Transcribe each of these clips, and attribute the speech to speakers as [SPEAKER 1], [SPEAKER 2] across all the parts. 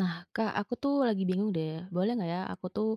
[SPEAKER 1] Nah, Kak, aku tuh lagi bingung deh. Boleh nggak ya? Aku tuh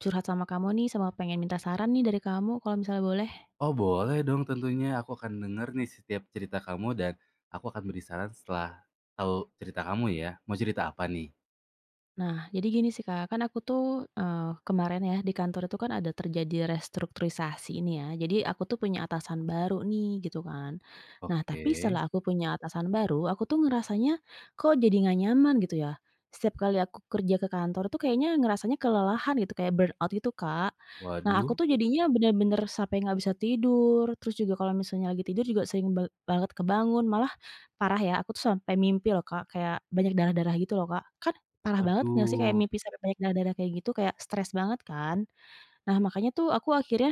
[SPEAKER 1] curhat sama kamu nih, sama pengen minta saran nih dari kamu kalau misalnya boleh.
[SPEAKER 2] Oh boleh dong tentunya, aku akan denger nih setiap cerita kamu dan aku akan beri saran setelah tahu cerita kamu ya. Mau cerita apa nih?
[SPEAKER 1] Nah, jadi gini sih, Kak, kan aku tuh, kemarin ya di kantor itu kan ada terjadi restrukturisasi ini ya. Jadi aku tuh punya atasan baru nih gitu kan. Nah, tapi
[SPEAKER 2] Oke.
[SPEAKER 1] setelah aku punya atasan baru, aku tuh ngerasanya kok jadi nggak nyaman gitu ya. Setiap kali aku kerja ke kantor tuh kayaknya ngerasanya kelelahan gitu, kayak burn out gitu, Kak. Nah, aku
[SPEAKER 2] Waduh
[SPEAKER 1] tuh jadinya bener-bener sampai nggak bisa tidur, terus juga kalau misalnya lagi tidur juga sering banget kebangun, malah parah ya, aku tuh sampai mimpi loh, Kak, kayak banyak darah-darah gitu loh, Kak. Parah banget nggak sih kayak
[SPEAKER 2] waduh.
[SPEAKER 1] mimpi sampai banyak darah-darah kayak gitu, kayak stres banget kan. Nah makanya tuh aku akhirnya,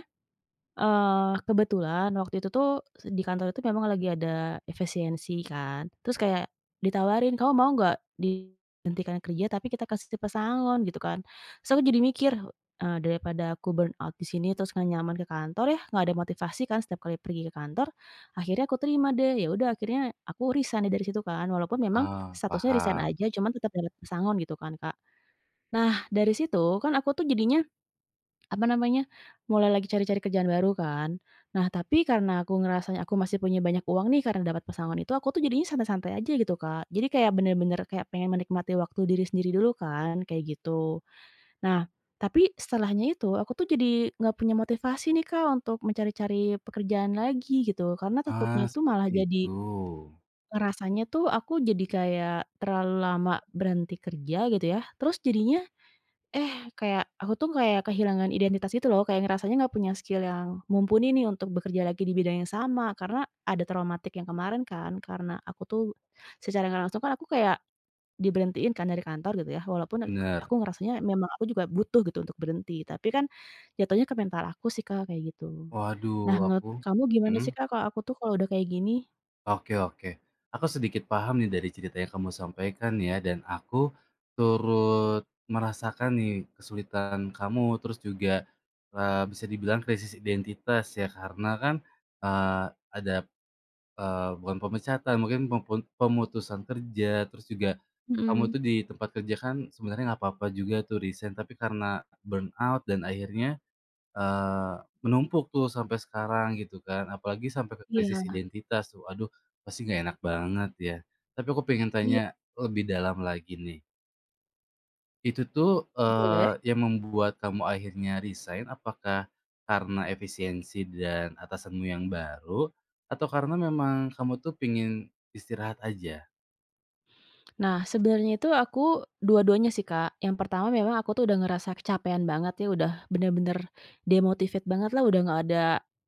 [SPEAKER 1] kebetulan waktu itu tuh di kantor itu memang lagi ada efisiensi kan, terus kayak ditawarin, "Kamu mau nggak dihentikan kerja tapi kita kasih si pesangon?" Gitu kan. Terus aku jadi mikir, daripada aku burn out di sini terus nggak nyaman ke kantor ya, nggak ada motivasi kan setiap kali pergi ke kantor, akhirnya aku terima deh. Ya udah akhirnya aku resign deh dari situ kan, walaupun memang
[SPEAKER 2] Ah,
[SPEAKER 1] statusnya resign
[SPEAKER 2] paham.
[SPEAKER 1] aja cuman tetap dapat pesangon gitu kan, Kak. Nah, dari situ kan aku tuh jadinya, apa namanya, mulai lagi cari-cari kerjaan baru kan. Nah, tapi karena aku ngerasanya aku masih punya banyak uang nih karena dapat pesangon itu, aku tuh jadinya santai-santai aja gitu, Kak. Jadi kayak bener-bener kayak pengen menikmati waktu diri sendiri dulu kan, kayak gitu. Nah, tapi setelahnya itu aku tuh jadi nggak punya motivasi nih, Kak, untuk mencari-cari pekerjaan lagi gitu. Karena
[SPEAKER 2] Ah,
[SPEAKER 1] takutnya itu malah
[SPEAKER 2] seperti itu.
[SPEAKER 1] jadi rasanya tuh aku jadi kayak terlalu lama berhenti kerja gitu ya. Terus jadinya kayak aku tuh kayak kehilangan identitas gitu loh, kayak ngerasanya nggak punya skill yang mumpuni nih untuk bekerja lagi di bidang yang sama, karena ada traumatik yang kemarin kan, karena aku tuh secara nggak langsung kan aku kayak diberhentiin kan dari kantor gitu ya, walaupun
[SPEAKER 2] Bener.
[SPEAKER 1] aku ngerasanya memang aku juga butuh gitu untuk berhenti, tapi kan jatuhnya ke mental aku sih, Kak, kayak gitu.
[SPEAKER 2] Waduh,
[SPEAKER 1] Nah, menurut
[SPEAKER 2] aku
[SPEAKER 1] kamu gimana
[SPEAKER 2] mhm?
[SPEAKER 1] sih, Kak, kalau aku tuh kalau udah kayak gini?
[SPEAKER 2] Oke, oke. Aku sedikit paham nih dari cerita yang kamu sampaikan ya, dan aku turut merasakan nih kesulitan kamu, terus juga, bisa dibilang krisis identitas ya karena kan, eee, ada, bukan pemecatan mungkin pempun pemutusan kerja, terus juga kamu
[SPEAKER 1] Mhm.
[SPEAKER 2] tuh di tempat kerja kan sebenarnya nggak apa-apa juga tuh resign, tapi karena burnout dan akhirnya Eee, menumpuk tuh sampai sekarang gitu kan, apalagi sampai ke krisis
[SPEAKER 1] Iya
[SPEAKER 2] identitas tuh, aduh, pasti nggak enak banget ya. Tapi aku pengen
[SPEAKER 1] iya,
[SPEAKER 2] tanya lebih dalam lagi nih, itu tuh,
[SPEAKER 1] boleh.
[SPEAKER 2] yang membuat kamu akhirnya resign apakah karena efisiensi dan atasanmu yang baru, atau karena memang kamu tuh pengen istirahat aja?
[SPEAKER 1] Nah, sebenarnya itu aku dua-duanya sih, Kak. Yang pertama memang aku tuh udah ngerasa kecapean banget ya, udah bener-bener demotivate banget lah, udah nggak ada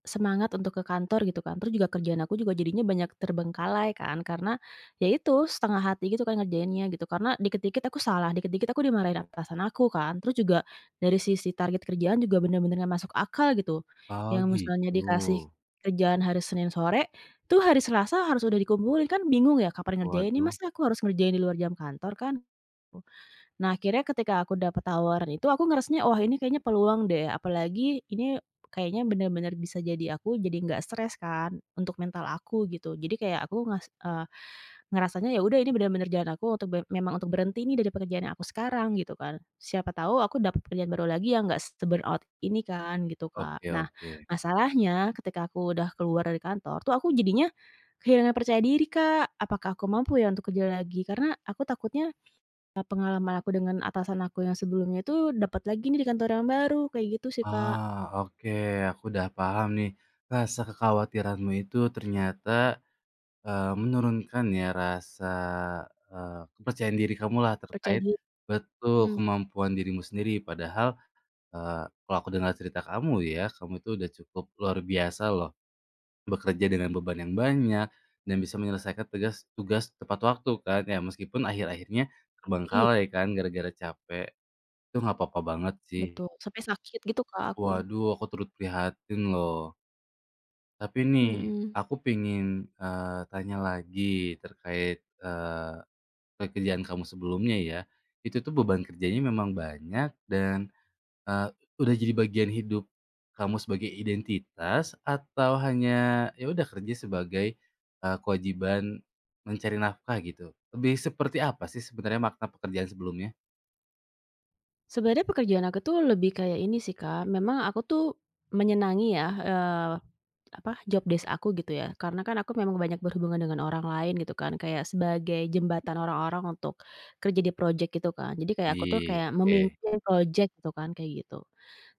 [SPEAKER 1] semangat untuk ke kantor gitu kan. Terus juga kerjaan aku juga jadinya banyak terbengkalai kan, karena ya itu setengah hati gitu kan ngerjainnya gitu. Karena dikit-dikit aku salah, dikit-dikit aku dimarahin atasan aku kan. Terus juga dari sisi target kerjaan juga bener-bener nggak masuk akal gitu.
[SPEAKER 2] Oh
[SPEAKER 1] Yang misalnya
[SPEAKER 2] gitu,
[SPEAKER 1] dikasih kerjaan hari Senin sore, itu hari Selasa harus udah dikumpulin, kan bingung ya kapan ngerjainnya,
[SPEAKER 2] waduh,
[SPEAKER 1] masa aku harus ngerjain di luar jam kantor kan. Nah, akhirnya ketika aku dapat tawaran itu aku ngerasanya, "Wah, ini kayaknya peluang deh." Apalagi ini kayaknya bener-bener bisa jadi aku jadi nggak stres kan, untuk mental aku gitu. Jadi kayak eh, ngerasanya ya udah ini benar-benar jalan aku untuk memang untuk berhenti nih dari pekerjaan yang aku sekarang gitu kan. Siapa tahu aku dapat pekerjaan baru lagi yang nggak se out ini kan gitu, Kak.
[SPEAKER 2] oke,
[SPEAKER 1] Nah,
[SPEAKER 2] oke.
[SPEAKER 1] masalahnya ketika aku udah keluar dari kantor tuh aku jadinya kehilangan percaya diri, Kak. Apakah aku mampu ya untuk kerja lagi? Karena aku takutnya, pengalaman aku dengan atasan aku yang sebelumnya itu dapat lagi nih di kantor yang baru, kayak gitu sih, Kak.
[SPEAKER 2] Ah, oke, aku udah paham nih. Rasa kekhawatiranmu itu ternyata, menurunkan ya rasa, kepercayaan diri kamu lah
[SPEAKER 1] Percaya
[SPEAKER 2] terkait
[SPEAKER 1] diri,
[SPEAKER 2] betul,
[SPEAKER 1] mhm,
[SPEAKER 2] kemampuan dirimu sendiri. Padahal, kalau aku dengar cerita kamu ya, kamu itu udah cukup luar biasa loh, bekerja dengan beban yang banyak dan bisa menyelesaikan tugas tugas tepat waktu kan, ya meskipun akhir-akhirnya
[SPEAKER 1] iya
[SPEAKER 2] terbengkalai kan gara-gara capek, itu nggak apa-apa banget sih.
[SPEAKER 1] betul, sampai sakit gitu, Kak, aku.
[SPEAKER 2] Waduh, aku turut prihatin loh. Tapi nih,
[SPEAKER 1] Mhm.
[SPEAKER 2] aku pengen, tanya lagi terkait, eee, pekerjaan kamu sebelumnya ya. Itu tuh beban kerjanya memang banyak dan, eee, udah jadi bagian hidup kamu sebagai identitas atau hanya ya udah kerja sebagai, kewajiban mencari nafkah gitu? Lebih seperti apa sih sebenarnya makna pekerjaan sebelumnya?
[SPEAKER 1] Sebenarnya pekerjaan aku tuh lebih kayak ini sih, Kak, memang aku tuh menyenangi ya, apa, job desk aku gitu ya, karena kan aku memang banyak berhubungan dengan orang lain gitu kan, kayak sebagai jembatan orang-orang untuk kerja di project gitu kan. Jadi kayak aku tuh
[SPEAKER 2] Di,
[SPEAKER 1] kayak
[SPEAKER 2] oke.
[SPEAKER 1] memimpin project gitu kan, kayak gitu.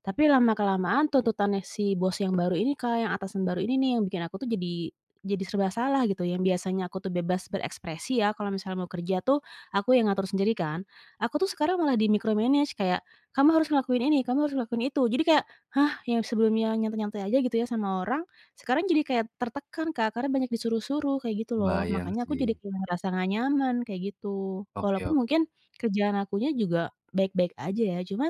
[SPEAKER 1] Tapi lama-kelamaan tuntutannya si bos yang baru ini, Kak, yang atasan baru ini nih yang bikin aku tuh jadi serba salah gitu, yang biasanya aku tuh bebas berekspresi ya kalau misalnya mau kerja tuh aku yang ngatur sendiri kan. Aku tuh sekarang malah di micromanage kayak, "Kamu harus ngelakuin ini, kamu harus ngelakuin itu." Jadi kayak, hah, yang sebelumnya nyantai-nyantai aja gitu ya sama orang, sekarang jadi kayak tertekan, Kak, karena banyak disuruh-suruh kayak gitu loh.
[SPEAKER 2] Bayang
[SPEAKER 1] Makanya aku
[SPEAKER 2] sih.
[SPEAKER 1] jadi kayak ngerasa nggak nyaman kayak gitu.
[SPEAKER 2] Oke,
[SPEAKER 1] Walaupun
[SPEAKER 2] oke.
[SPEAKER 1] mungkin kerjaan akunya juga baik-baik aja ya, cuma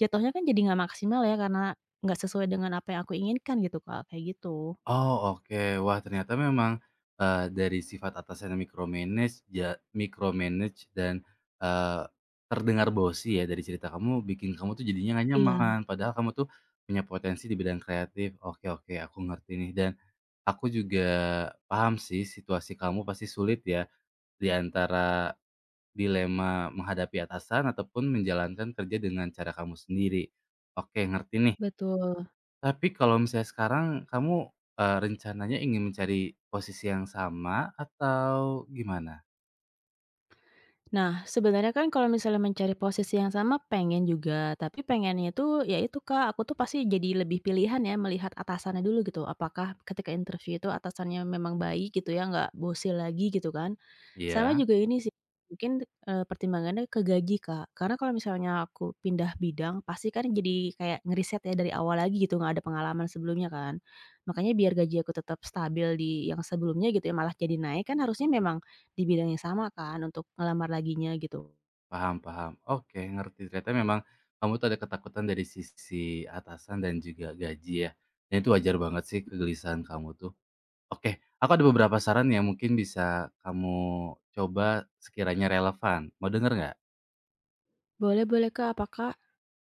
[SPEAKER 1] jatuhnya kan jadi nggak maksimal ya, karena nggak sesuai dengan apa yang aku inginkan gitu, Kak, kayak gitu.
[SPEAKER 2] Oh, oke. Wah, ternyata memang, dari sifat atasannya micromanage, ja micromanage dan, eee, terdengar bosi ya dari cerita kamu, bikin kamu tuh jadinya nggak
[SPEAKER 1] Iya,
[SPEAKER 2] nyaman. Padahal kamu tuh punya potensi di bidang kreatif. Oke, oke, aku ngerti nih dan aku juga paham sih situasi kamu pasti sulit ya, di antara dilema menghadapi atasan ataupun menjalankan kerja dengan cara kamu sendiri. Oke, ngerti nih.
[SPEAKER 1] betul.
[SPEAKER 2] Tapi kalau misalnya sekarang kamu, rencananya ingin mencari posisi yang sama atau gimana?
[SPEAKER 1] Nah, sebenarnya kan kalau misalnya mencari posisi yang sama pengen juga, tapi pengennya itu, ya itu Kak, aku tuh pasti jadi lebih pilihan ya melihat atasannya dulu gitu. Apakah ketika interview itu atasannya memang baik gitu ya, nggak bosil lagi gitu kan. Sama
[SPEAKER 2] Iya,
[SPEAKER 1] juga ini sih, mungkin, pertimbangannya ke gaji Kak. Karena kalau misalnya aku pindah bidang, pasti kan jadi kayak ngeriset ya dari awal lagi gitu, nggak ada pengalaman sebelumnya kan. Makanya biar gaji aku tetap stabil di yang sebelumnya gitu ya, malah jadi naik kan harusnya memang di bidang yang sama kan untuk ngelamar laginya gitu.
[SPEAKER 2] paham, paham. Oke, ngerti. Ternyata memang kamu tuh ada ketakutan dari sisi atasan dan juga gaji ya. Dan itu wajar banget sih kegelisahan kamu tuh. Oke, aku ada beberapa saran yang mungkin bisa kamu coba sekiranya relevan. Mau denger nggak?
[SPEAKER 1] Boleh, boleh, Kak. Apa, Kak?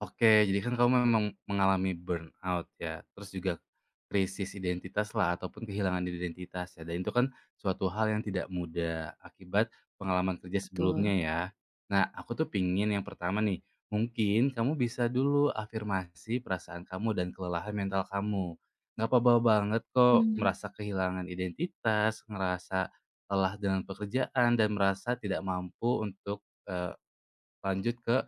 [SPEAKER 2] Oke, jadi kan kamu memang mengalami burnout ya, terus juga krisis identitas lah ataupun kehilangan identitas ya, dan itu kan suatu hal yang tidak mudah akibat pengalaman kerja
[SPEAKER 1] Betul.
[SPEAKER 2] sebelumnya ya. Nah, aku tuh pingin yang pertama nih, mungkin kamu bisa dulu afirmasi perasaan kamu dan kelelahan mental kamu. Nggak apa-apa banget kok merasa kehilangan identitas, ngerasa lelah dengan pekerjaan, dan merasa tidak mampu untuk lanjut ke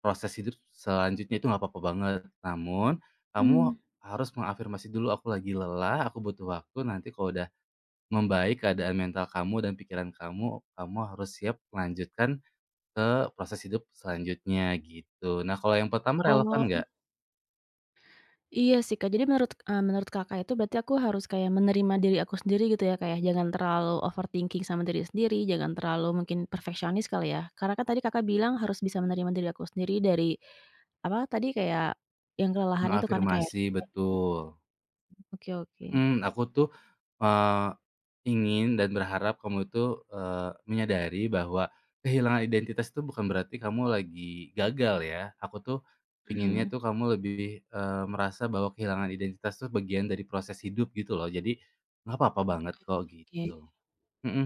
[SPEAKER 2] proses hidup selanjutnya itu nggak apa-apa banget. Namun, kamu
[SPEAKER 1] Mmm.
[SPEAKER 2] harus mengafirmasi dulu, "Aku lagi lelah, aku butuh waktu." Nanti kalau udah membaik keadaan mental kamu dan pikiran kamu, kamu harus siap melanjutkan ke proses hidup selanjutnya, gitu. Nah, kalau yang pertama relevan
[SPEAKER 1] Oh,
[SPEAKER 2] nggak?
[SPEAKER 1] iya sih, Kak. Jadi menurut, menurut Kakak itu berarti aku harus kayak menerima diri aku sendiri gitu ya, Kak, ya? Jangan terlalu overthinking sama diri sendiri, jangan terlalu mungkin perfeksionis kali ya? Karena kan tadi Kakak bilang harus bisa menerima diri aku sendiri dari, apa tadi, kayak yang kelelahan itu kan, Kak, ya?
[SPEAKER 2] Mengafirmasi
[SPEAKER 1] Kayak gitu.
[SPEAKER 2] betul,
[SPEAKER 1] Oke, oke.
[SPEAKER 2] mhm, "Aku tuh Eee, ingin dan berharap kamu itu, menyadari bahwa kehilangan identitas itu bukan berarti kamu lagi gagal ya. Aku tuh pinginnya
[SPEAKER 1] Mhm.
[SPEAKER 2] tuh kamu lebih, merasa bahwa kehilangan identitas tuh bagian dari proses hidup gitu loh. Jadi nggak apa-apa banget kok
[SPEAKER 1] Oke.
[SPEAKER 2] gitu. Mhm.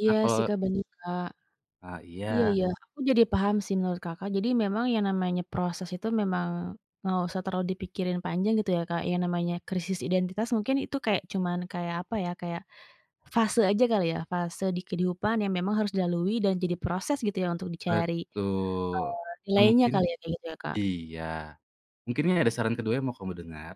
[SPEAKER 1] Iya
[SPEAKER 2] Nah kalau
[SPEAKER 1] sih, Kak, bener, Kak.
[SPEAKER 2] ah,
[SPEAKER 1] Iya,
[SPEAKER 2] iya,
[SPEAKER 1] iya, aku jadi paham sih menurut Kakak. Jadi memang yang namanya proses itu memang nggak usah terlalu dipikirin panjang gitu ya, Kak. Yang namanya krisis identitas mungkin itu kayak cuman kayak apa ya, kayak fase aja kali ya, fase di kehidupan yang memang harus dilalui dan jadi proses gitu ya untuk dicari,
[SPEAKER 2] betul. Nah,
[SPEAKER 1] nilainya
[SPEAKER 2] mungkin
[SPEAKER 1] kali ya, kayak gitu ya, Kak?
[SPEAKER 2] iya. Mungkinnya ada saran kedua yang mau kamu dengar?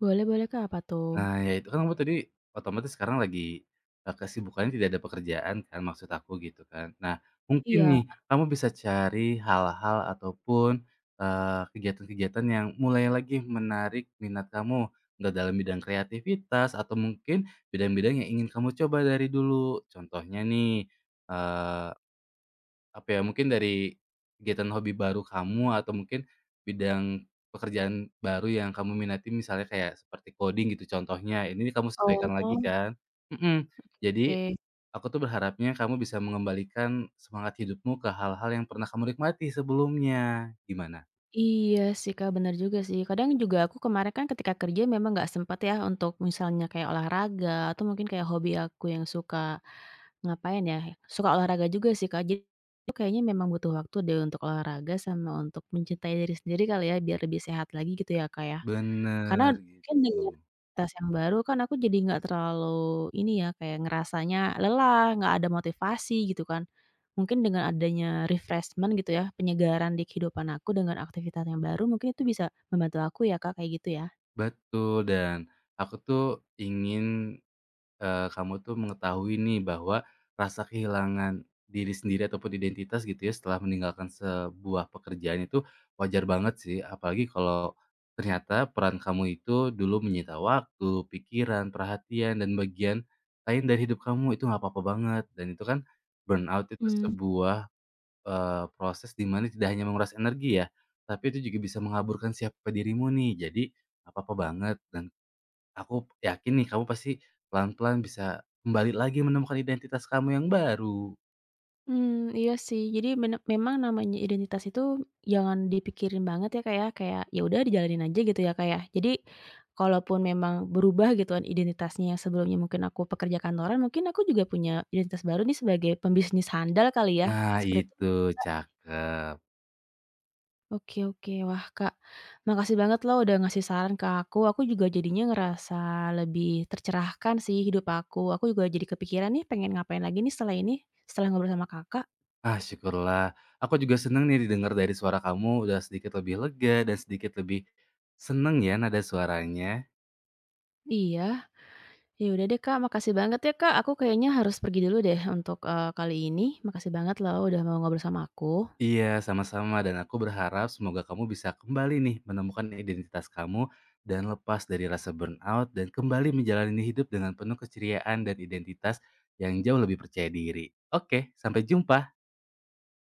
[SPEAKER 1] Boleh, boleh, Kak, apa tuh?
[SPEAKER 2] Nah, ya itu kan kamu tadi otomatis sekarang lagi, kesibukannya tidak ada pekerjaan kan maksud aku gitu kan. Nah, mungkin
[SPEAKER 1] Iya,
[SPEAKER 2] nih kamu bisa cari hal-hal ataupun, kegiatan-kegiatan yang mulai lagi menarik minat kamu, nggak dalam bidang kreativitas atau mungkin bidang-bidang yang ingin kamu coba dari dulu. Contohnya nih, apa ya, mungkin dari kegiatan hobi baru kamu atau mungkin bidang pekerjaan baru yang kamu minati misalnya kayak seperti coding gitu contohnya, ini kamu sesuaikan lagi
[SPEAKER 1] oh,
[SPEAKER 2] kan? Mhm, jadi
[SPEAKER 1] oke.
[SPEAKER 2] aku tuh berharapnya kamu bisa mengembalikan semangat hidupmu ke hal-hal yang pernah kamu nikmati sebelumnya. Gimana?
[SPEAKER 1] Iya sih, Kak, bener juga sih. Kadang juga aku kemarin kan ketika kerja memang nggak sempat ya untuk misalnya kayak olahraga atau mungkin kayak hobi aku yang suka ngapain ya, suka olahraga juga sih, Kak. Jadi itu kayaknya memang butuh waktu deh untuk olahraga sama untuk mencintai diri sendiri kali ya biar lebih sehat lagi gitu ya, Kak, ya? Karena
[SPEAKER 2] Bener,
[SPEAKER 1] mungkin
[SPEAKER 2] gitu.
[SPEAKER 1] dengan tas yang baru kan aku jadi nggak terlalu ini ya, kayak ngerasanya lelah, nggak ada motivasi gitu kan. Mungkin dengan adanya refreshment gitu ya, penyegaran di kehidupan aku dengan aktivitas yang baru mungkin itu bisa membantu aku ya Kak, kayak gitu ya?
[SPEAKER 2] Betul, dan aku tuh ingin kamu tuh mengetahui nih bahwa rasa kehilangan diri sendiri ataupun identitas gitu ya setelah meninggalkan sebuah pekerjaan itu wajar banget sih, apalagi kalau ternyata peran kamu itu dulu menyita waktu, pikiran, perhatian, dan bagian lain dari hidup kamu, itu nggak apa-apa banget. Dan itu kan burnout itu
[SPEAKER 1] Mmm.
[SPEAKER 2] sebuah, proses di mana tidak hanya menguras energi ya, tapi itu juga bisa mengaburkan siapa dirimu nih. Jadi nggak apa-apa banget dan aku yakin nih kamu pasti pelan-pelan bisa kembali lagi menemukan identitas kamu yang baru.
[SPEAKER 1] Mmm, iya sih. Jadi memang namanya identitas itu jangan dipikirin banget ya, Kak, ya. Kayak ya udah dijalanin aja gitu ya, Kak, ya. Jadi kalaupun memang berubah gitu kan identitasnya yang sebelumnya mungkin aku pekerja kantoran, mungkin aku juga punya identitas baru nih sebagai pembisnis handal kali ya,
[SPEAKER 2] Nah
[SPEAKER 1] seperti itu nggak,
[SPEAKER 2] itu,
[SPEAKER 1] Kak?
[SPEAKER 2] cakep.
[SPEAKER 1] Oke, oke. Wah, Kak, makasih banget loh udah ngasih saran ke aku. Aku juga jadinya ngerasa lebih tercerahkan sih hidup aku. Aku juga jadi kepikiran nih pengen ngapain lagi nih setelah ini, setelah ngobrol sama Kakak.
[SPEAKER 2] Ah, syukurlah, aku juga seneng nih didengar dari suara kamu udah sedikit lebih lega dan sedikit lebih seneng ya nada suaranya.
[SPEAKER 1] Iya. Ya udah deh Kak, makasih banget ya Kak, aku kayaknya harus pergi dulu deh untuk, kali ini. Makasih banget loh udah mau ngobrol sama aku.
[SPEAKER 2] Iya, sama-sama dan aku berharap semoga kamu bisa kembali nih menemukan identitas kamu dan lepas dari rasa burnout dan kembali menjalani hidup dengan penuh keceriaan dan identitas yang jauh lebih percaya diri. Oke, sampai jumpa.